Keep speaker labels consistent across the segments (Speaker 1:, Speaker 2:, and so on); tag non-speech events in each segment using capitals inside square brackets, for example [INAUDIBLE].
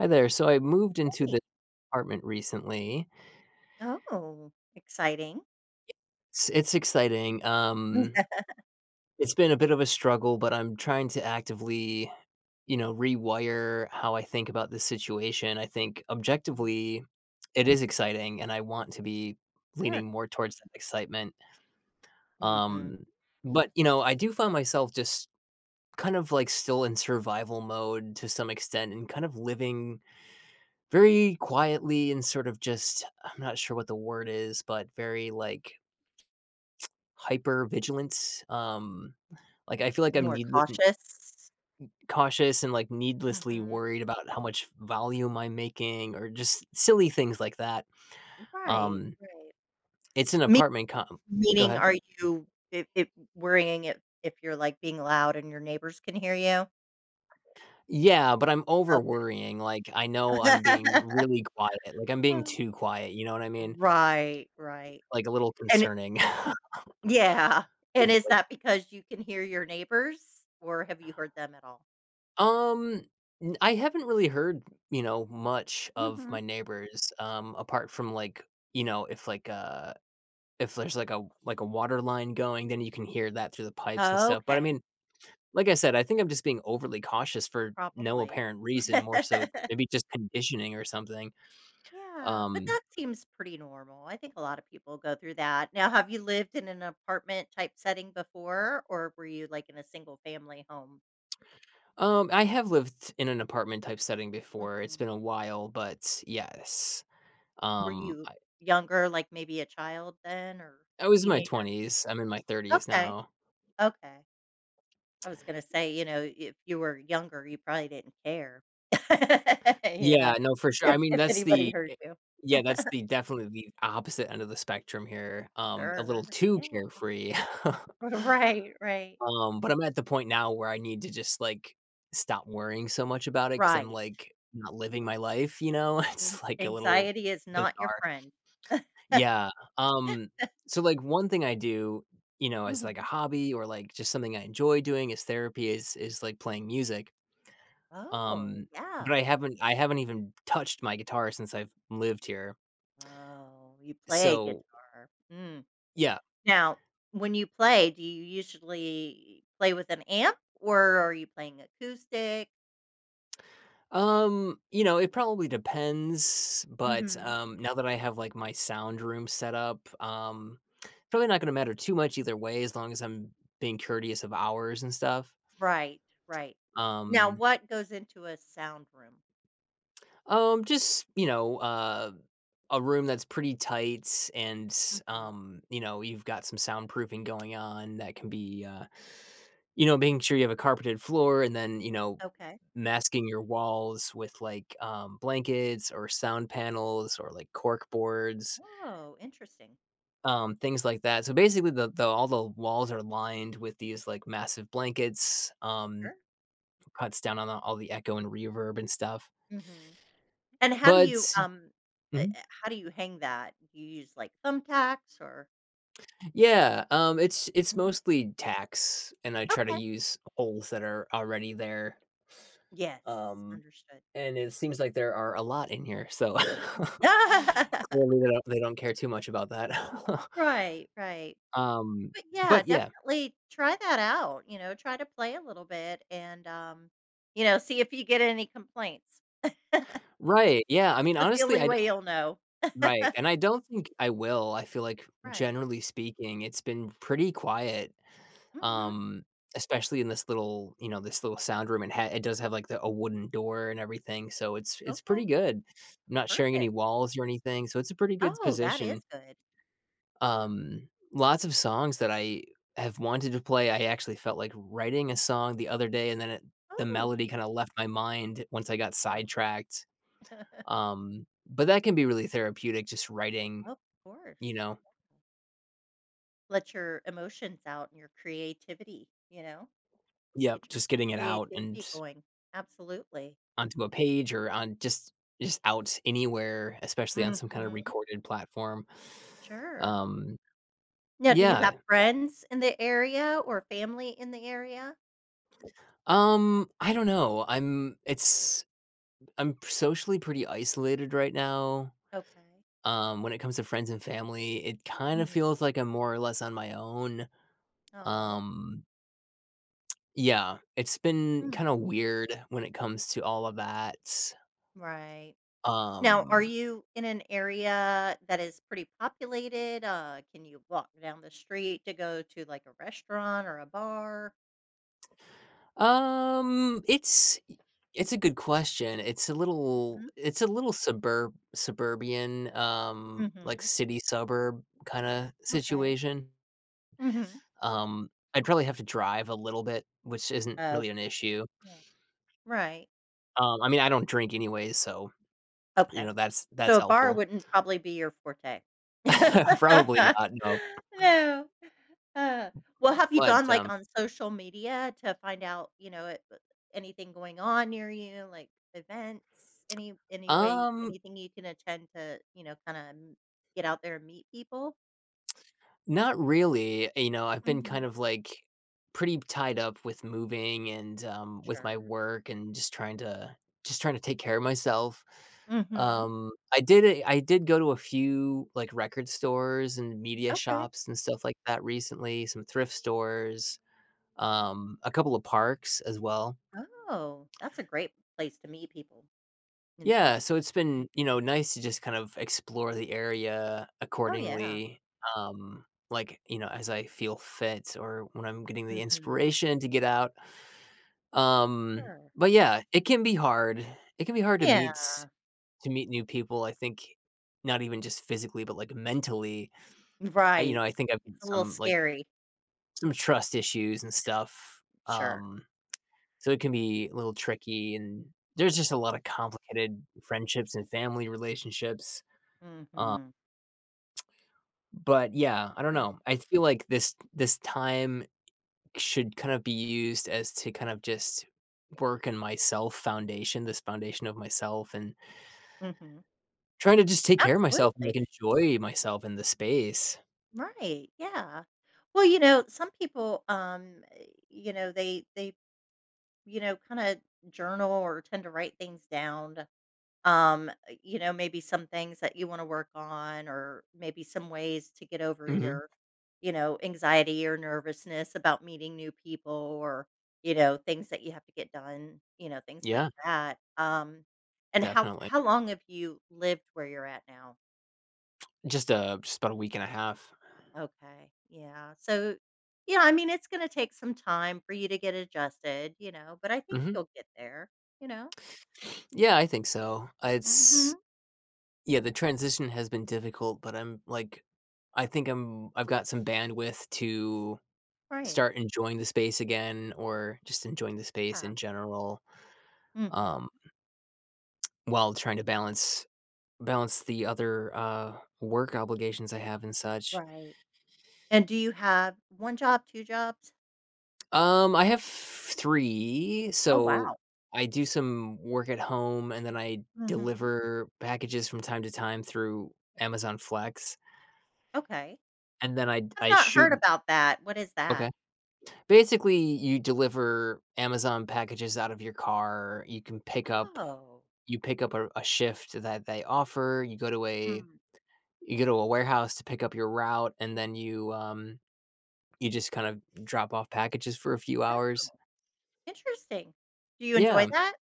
Speaker 1: Hi there. So I moved into
Speaker 2: Hey.
Speaker 1: the apartment recently.
Speaker 2: Oh, exciting.
Speaker 1: It's exciting. It's been a bit of a struggle, but I'm trying to actively, rewire how I think about this situation. I think
Speaker 2: Mm.
Speaker 1: objectively, it is exciting, and I want to be
Speaker 2: Sure.
Speaker 1: leaning more towards that excitement.
Speaker 2: Mhm.
Speaker 1: Um, but I do find myself just kind of like still in survival mode to some extent, and kind of living very quietly and sort of just I'm not sure what the word is, but very, like, hyper vigilant, like, I feel like I'm
Speaker 2: More
Speaker 1: needle
Speaker 2: cautious.
Speaker 1: cautious and, like, needlessly
Speaker 2: Mhm.
Speaker 1: worried about how much volume I'm making or just silly things like that.
Speaker 2: Right,
Speaker 1: Um,
Speaker 2: right.
Speaker 1: it's an
Speaker 2: Me
Speaker 1: apartment com
Speaker 2: Mhm.
Speaker 1: Go
Speaker 2: Meaning
Speaker 1: ahead.
Speaker 2: are you I worrying if you're, like, being loud and your neighbors can hear you?
Speaker 1: Yeah, but I'm over
Speaker 2: Okay.
Speaker 1: worrying, like, I know I'm being
Speaker 2: [LAUGHS]
Speaker 1: really quiet, like, I'm being
Speaker 2: Oh.
Speaker 1: too quiet, you know what I mean?
Speaker 2: Right, right.
Speaker 1: Like, a little
Speaker 2: And
Speaker 1: concerning.
Speaker 2: yeah. And is
Speaker 1: [LAUGHS]
Speaker 2: that because you can hear your neighbors, or have you heard them at all?
Speaker 1: Um, n I haven't really heard, much of
Speaker 2: Mhm.
Speaker 1: my neighbors, apart from, like, if, like, if there's, like, a water line going, then you can hear that through the pipes and stuff, but, I
Speaker 2: Okay,
Speaker 1: mean, like I said, I think I'm just being overly cautious for no
Speaker 2: probably.
Speaker 1: apparent reason, more
Speaker 2: [LAUGHS]
Speaker 1: so maybe just conditioning or something.
Speaker 2: Yeah, but
Speaker 1: Um
Speaker 2: that seems pretty normal. I think a lot of people go through that. Now, have you lived in an apartment type setting before, or were you like in a single family home?
Speaker 1: I have lived in an apartment-type setting before, it's
Speaker 2: Mhm.
Speaker 1: been a while, but yes.
Speaker 2: Were
Speaker 1: Um,
Speaker 2: you
Speaker 1: I
Speaker 2: younger, like maybe a child then or
Speaker 1: I was in my
Speaker 2: teenager?
Speaker 1: 20s, I'm in my 30s
Speaker 2: Okay,
Speaker 1: now.
Speaker 2: okay. I was gonna say, if you were younger, you probably didn't care, [LAUGHS] you
Speaker 1: Yeah,
Speaker 2: know,
Speaker 1: no, for sure. I
Speaker 2: if
Speaker 1: mean,
Speaker 2: if
Speaker 1: that's
Speaker 2: anybody
Speaker 1: the
Speaker 2: hurt you.
Speaker 1: yeah, that's
Speaker 2: [LAUGHS]
Speaker 1: the definitely the opposite end of the spectrum here, a little
Speaker 2: Sure.
Speaker 1: too
Speaker 2: Yeah.
Speaker 1: carefree. [LAUGHS]
Speaker 2: Right. Right.
Speaker 1: But I'm at the point now where I need to just, like, stop worrying so much about it because 'cause I'm,
Speaker 2: Right.
Speaker 1: like, not living my life, you know? [LAUGHS] It's, like, a little
Speaker 2: Anxiety is not your
Speaker 1: bizarre.
Speaker 2: friend.
Speaker 1: Yeah,
Speaker 2: [GASPS]
Speaker 1: um,
Speaker 2: [LAUGHS]
Speaker 1: so, like, one thing I do, as, like, a
Speaker 2: Mhm.
Speaker 1: hobby or, like, just something I enjoy doing as therapy is, like, playing music.
Speaker 2: Oh,
Speaker 1: Um, but
Speaker 2: yeah.
Speaker 1: I haven't even touched my guitar since I've lived here.
Speaker 2: Oh, you play
Speaker 1: So,
Speaker 2: guitar. Mm.
Speaker 1: yeah.
Speaker 2: Now, when you play, do you usually play with an amp or are you playing acoustic?
Speaker 1: It probably depends, but,
Speaker 2: Hmm.
Speaker 1: now that I have, like, my sound room set up, probably not gonna matter too much either way as long as I'm being courteous of hours and stuff.
Speaker 2: Right, right. Now,
Speaker 1: Um,
Speaker 2: what goes into a sound room?
Speaker 1: just, a room that's pretty tight and,
Speaker 2: Hmm.
Speaker 1: you've got some soundproofing going on that can be, making sure you have a carpeted floor and then,
Speaker 2: Okay.
Speaker 1: masking your walls with, like, blankets or sound panels or, like, cork boards,
Speaker 2: Oh, interesting.
Speaker 1: things like that. So, basically, the all the walls are lined with these, like, massive blankets,
Speaker 2: Sure.
Speaker 1: cuts down on all the echo and reverb and stuff.
Speaker 2: Hmm. And how do
Speaker 1: But
Speaker 2: you um uh,
Speaker 1: Mhm.
Speaker 2: uh, how do you hang that? You use like thumbtacks or
Speaker 1: Yeah, it's
Speaker 2: hmm
Speaker 1: mostly tacks, and I try to
Speaker 2: okay.
Speaker 1: use holes that are already there,
Speaker 2: Yes,
Speaker 1: um
Speaker 2: understood.
Speaker 1: and it seems like there are a lot in here, so [LAUGHS]
Speaker 2: [LAUGHS]
Speaker 1: clearly they don't care too much about that. [LAUGHS]
Speaker 2: Right, right.
Speaker 1: Um,
Speaker 2: But yeah,
Speaker 1: but yeah.
Speaker 2: definitely try that out, try to play a little bit and see if you get any complaints.
Speaker 1: Right, yeah, I mean,
Speaker 2: That's the
Speaker 1: honestly,
Speaker 2: only
Speaker 1: I'd
Speaker 2: way you'll know.
Speaker 1: right, and I don't think I will. I feel like,
Speaker 2: Right.
Speaker 1: generally speaking, it's been pretty quiet,
Speaker 2: Mhm.
Speaker 1: um, especially in this little sound room, and ha it does have, like, the a wooden door and everything, so it's pretty
Speaker 2: Okay.
Speaker 1: good. I'm not sharing any
Speaker 2: Perfect.
Speaker 1: walls or anything, so it's a pretty good
Speaker 2: Oh, that
Speaker 1: position.
Speaker 2: is good. Yeah.
Speaker 1: Lots of songs that I have wanted to play, I actually felt like writing a song the other day, and then it the
Speaker 2: Oh.
Speaker 1: melody kinda left my mind once I got
Speaker 2: Oh.
Speaker 1: sidetracked.
Speaker 2: [LAUGHS]
Speaker 1: But that can be really therapeutic, just writing,
Speaker 2: Of course.
Speaker 1: you know?
Speaker 2: Yeah. Let your emotions out and your creativity, you know?
Speaker 1: Yep,
Speaker 2: Get your
Speaker 1: just getting it out and
Speaker 2: creativity going. Absolutely.
Speaker 1: onto a page or on just out anywhere, especially on some kinda
Speaker 2: Mhm.
Speaker 1: recorded platform.
Speaker 2: Sure.
Speaker 1: Um,
Speaker 2: Now do you
Speaker 1: yeah.
Speaker 2: have friends in the area or family in the area?
Speaker 1: I don't know. I'm socially pretty isolated right now.
Speaker 2: Okay.
Speaker 1: When it comes to friends and family, it kind of
Speaker 2: Mhm.
Speaker 1: feels like I'm more or less on my own.
Speaker 2: Aw.
Speaker 1: Um, yeah, it's been
Speaker 2: Mm.
Speaker 1: kind of weird when it comes to all of that.
Speaker 2: Right. Now, are
Speaker 1: Um,
Speaker 2: you in an area that is pretty populated? Can you walk down the street to go to, like, a restaurant or a bar?
Speaker 1: um, it's it's a good question.
Speaker 2: Mhm,
Speaker 1: It's a little suburban, like
Speaker 2: mhm.
Speaker 1: city suburb kind of
Speaker 2: Okay.
Speaker 1: situation.
Speaker 2: Mhm.
Speaker 1: I'd probably have to drive a little bit, which isn't really an
Speaker 2: Okay.
Speaker 1: issue.
Speaker 2: Yeah. Right.
Speaker 1: I mean, I don't drink anyways, so you
Speaker 2: Okay.
Speaker 1: know that's
Speaker 2: So a bar
Speaker 1: helpful.
Speaker 2: wouldn't probably be your forte.
Speaker 1: [LAUGHS] Probably
Speaker 2: [LAUGHS]
Speaker 1: not, no,
Speaker 2: No. Uh, well, have you gone,
Speaker 1: but,
Speaker 2: like, on social media to find out, you know, it anything going on near you, like events, any way
Speaker 1: um,
Speaker 2: anything you can attend to, kinda get out there and meet people?
Speaker 1: not really, I've been kind
Speaker 2: Mhm.
Speaker 1: of, like, pretty tied up with moving and, with my
Speaker 2: Sure.
Speaker 1: work and just trying to take care of myself.
Speaker 2: Mhm.
Speaker 1: I did go to a few, like, record stores and media
Speaker 2: Okay.
Speaker 1: shops and stuff like that recently, some thrift stores, a couple of parks as well.
Speaker 2: Oh, that's a great place to meet people, in
Speaker 1: Yeah,
Speaker 2: parks.
Speaker 1: so it's
Speaker 2: Mm.
Speaker 1: been, nice to just kind of explore the area
Speaker 2: Oh, yeah.
Speaker 1: accordingly, like, as I feel fit or when I'm getting the
Speaker 2: Mhm.
Speaker 1: inspiration to get out, um,
Speaker 2: Sure.
Speaker 1: but yeah, it can be hard. It can be hard
Speaker 2: Yeah.
Speaker 1: to meet new people, I think not even just physically, but, like, mentally. I You know,
Speaker 2: Right.
Speaker 1: I think I've got
Speaker 2: It's a little
Speaker 1: some, like,
Speaker 2: scary.
Speaker 1: some trust issues and stuff,
Speaker 2: Sure.
Speaker 1: so it can be a little tricky, and there's just a lot of complicated friendships and family relationships, um
Speaker 2: Mhm.
Speaker 1: but yeah, I don't
Speaker 2: Yeah.
Speaker 1: know. I feel like this time should kind of be used as to kind of just work in myself foundation, this foundation of myself and
Speaker 2: Mhm.
Speaker 1: trying to just take care of myself and like
Speaker 2: Absolutely.
Speaker 1: enjoy myself in the space.
Speaker 2: Right. Yeah. Well, some people, they kinda journal or tend to write things down, maybe some things that you want to work on or maybe some ways to get over
Speaker 1: Mhm.
Speaker 2: your anxiety or nervousness about meeting new people or things that you have to get done, things like
Speaker 1: Yeah,
Speaker 2: that. and how
Speaker 1: definitely.
Speaker 2: how long have you lived where you're at now?
Speaker 1: Just about a week and a half.
Speaker 2: Okay, yeah. So, yeah, I mean it's going to take some time for you to get adjusted, but I think
Speaker 1: Hmm.
Speaker 2: you'll get there you know
Speaker 1: Yeah, I think so. It's
Speaker 2: mhm.
Speaker 1: Yeah, the transition has been difficult, but I'm like I think I've got some bandwidth to
Speaker 2: Right.
Speaker 1: start enjoying the space again or just enjoying the space
Speaker 2: Yeah.
Speaker 1: in general,
Speaker 2: Mhm.
Speaker 1: um, while trying to balance the other, work obligations I have and such.
Speaker 2: Right. And do you have 1 job, 2 jobs?
Speaker 1: I have 3.
Speaker 2: Oh,
Speaker 1: So,
Speaker 2: wow.
Speaker 1: I do some work at home, and then I
Speaker 2: Mhm.
Speaker 1: deliver packages from time to time through Amazon Flex,
Speaker 2: Okay.
Speaker 1: and then I
Speaker 2: I've
Speaker 1: I
Speaker 2: not
Speaker 1: shoot.
Speaker 2: heard about that. What is
Speaker 1: Okay.
Speaker 2: that?
Speaker 1: Basically, you deliver Amazon packages out of your car,
Speaker 2: Oh.
Speaker 1: you pick up a shift that they offer,
Speaker 2: Hmm.
Speaker 1: you go to a warehouse to pick up your route, and then you just kind of drop off packages for a few
Speaker 2: Oh,
Speaker 1: hours.
Speaker 2: interesting. Do you
Speaker 1: Yeah,
Speaker 2: enjoy that?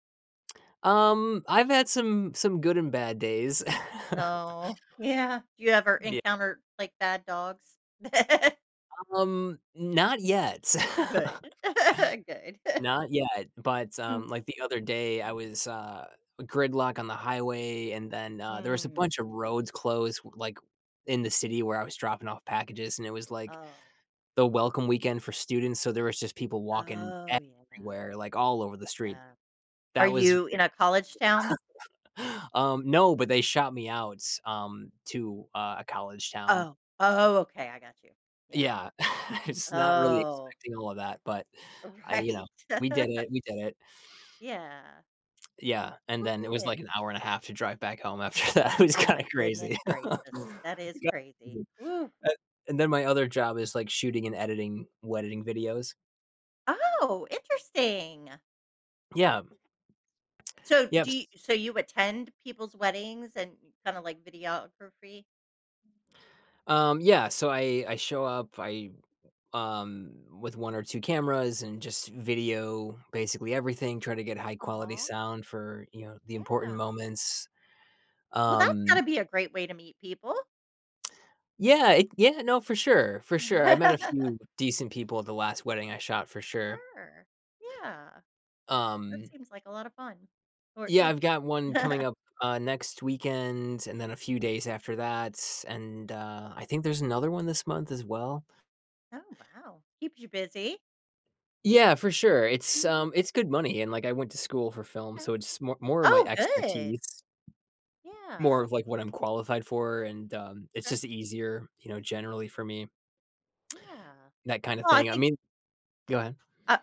Speaker 1: I've had some good and bad days. [LAUGHS]
Speaker 2: No. Yeah. Do you ever
Speaker 1: Yeah.
Speaker 2: encounter, like, bad dogs? [LAUGHS]
Speaker 1: Not yet.
Speaker 2: Good. [LAUGHS] Good.
Speaker 1: [LAUGHS] Not yet, but, like,
Speaker 2: [LAUGHS]
Speaker 1: the other day, I was, gridlock on the highway, and then, there was a
Speaker 2: Mhm.
Speaker 1: bunch of roads closed, like, in the city where I was dropping off packages, and it was like
Speaker 2: Oh.
Speaker 1: the welcome weekend for students, so there was just people walking
Speaker 2: Oh, yeah.
Speaker 1: everywhere, like, all over the street.
Speaker 2: Yeah. Are
Speaker 1: That was
Speaker 2: you in
Speaker 1: really
Speaker 2: a college
Speaker 1: [LAUGHS]
Speaker 2: town?
Speaker 1: No, but they shot me out, to, a college town.
Speaker 2: Oh. Oh, okay. I got you. Yeah.
Speaker 1: Yeah. [LAUGHS] It's not really
Speaker 2: Oh,
Speaker 1: expecting all of that, but
Speaker 2: [LAUGHS]
Speaker 1: I you know,
Speaker 2: right.
Speaker 1: we did
Speaker 2: [LAUGHS]
Speaker 1: it, we did it.
Speaker 2: Yeah.
Speaker 1: Yeah, and
Speaker 2: Well,
Speaker 1: then it was,
Speaker 2: good.
Speaker 1: like, an hour and a half to drive back home after that. [LAUGHS] It was
Speaker 2: Oh
Speaker 1: kinda
Speaker 2: my
Speaker 1: crazy.
Speaker 2: goodness
Speaker 1: [LAUGHS]
Speaker 2: gracious. That is
Speaker 1: It got
Speaker 2: crazy.
Speaker 1: crazy.
Speaker 2: Woo.
Speaker 1: And and then my other job is, like, shooting and editing wedding videos.
Speaker 2: Oh, interesting.
Speaker 1: Yeah.
Speaker 2: So
Speaker 1: Yep.
Speaker 2: do you so you attend people's weddings and kind of like videography?
Speaker 1: Yeah, so I show up, I um with one or two cameras and just video basically everything, try to get high quality
Speaker 2: Oh,
Speaker 1: sound for, you know, the important
Speaker 2: yeah.
Speaker 1: moments.
Speaker 2: Well, that's gotta
Speaker 1: Um
Speaker 2: be a great way to meet people.
Speaker 1: yeah, yeah, no, for sure. For sure. I met a
Speaker 2: [LAUGHS]
Speaker 1: few decent people at the last wedding I shot for sure.
Speaker 2: Sure. Yeah. That
Speaker 1: Um
Speaker 2: seems like a lot of fun. Or it
Speaker 1: yeah,
Speaker 2: could
Speaker 1: I've
Speaker 2: be.
Speaker 1: got
Speaker 2: [LAUGHS]
Speaker 1: one coming up next weekend and then a few days after that and I think there's another one this month as well.
Speaker 2: Oh, wow. Keeps you busy.
Speaker 1: Yeah, for sure. It's, um,
Speaker 2: Mhm.
Speaker 1: it's good money, and, like, I went to school for film,
Speaker 2: Okay.
Speaker 1: so it's more of my
Speaker 2: Oh, good.
Speaker 1: expertise, more
Speaker 2: Yeah.
Speaker 1: of, like, what I'm qualified for, and, it's
Speaker 2: Sure.
Speaker 1: just easier, generally for me,
Speaker 2: Yeah.
Speaker 1: that kinda
Speaker 2: Well,
Speaker 1: thing. I mean. Go ahead.
Speaker 2: uh,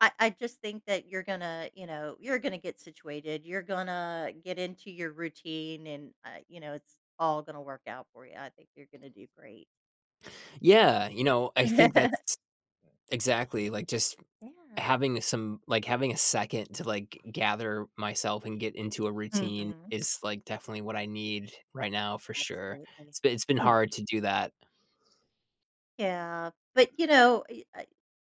Speaker 2: I just think that you're gonna get situated. You're gonna get into your routine, and it's all gonna work out for you. I think you're gonna do great.
Speaker 1: Yeah,
Speaker 2: [LAUGHS]
Speaker 1: I think
Speaker 2: Yeah.
Speaker 1: that's exactly, like, just having some like, having a second to, like, gather myself and get into a routine
Speaker 2: Hmm.
Speaker 1: is, like, definitely what I need right now for sure.
Speaker 2: Absolutely.
Speaker 1: It's been
Speaker 2: Oh yeah,
Speaker 1: hard to do that.
Speaker 2: yeah. But you know, y- I-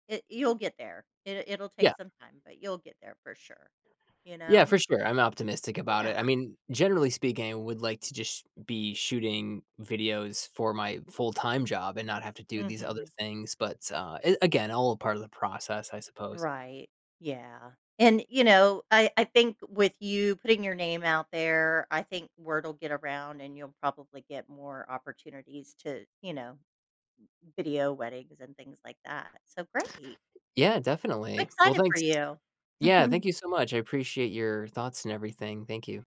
Speaker 2: it, you'll get there. It'll take
Speaker 1: Yeah.
Speaker 2: some time, but you'll get there for sure. You
Speaker 1: Yeah,
Speaker 2: know.
Speaker 1: for sure. I'm optimistic about it. I
Speaker 2: Yeah.
Speaker 1: mean, generally speaking, I would like to just be shooting videos for my full-time job and not have to do these other
Speaker 2: Hmm.
Speaker 1: things, but, a again, all a part of the process, I suppose.
Speaker 2: Right. Yeah. And I think with you putting your name out there, I think word will get around and you'll probably get more opportunities to, video weddings and things like that. So great.
Speaker 1: Yeah,
Speaker 2: I'm
Speaker 1: definitely. Well,
Speaker 2: excited for
Speaker 1: thanks. Yeah,
Speaker 2: you.
Speaker 1: thank
Speaker 2: [LAUGHS]
Speaker 1: you so much. I appreciate your thoughts and everything. Thank you.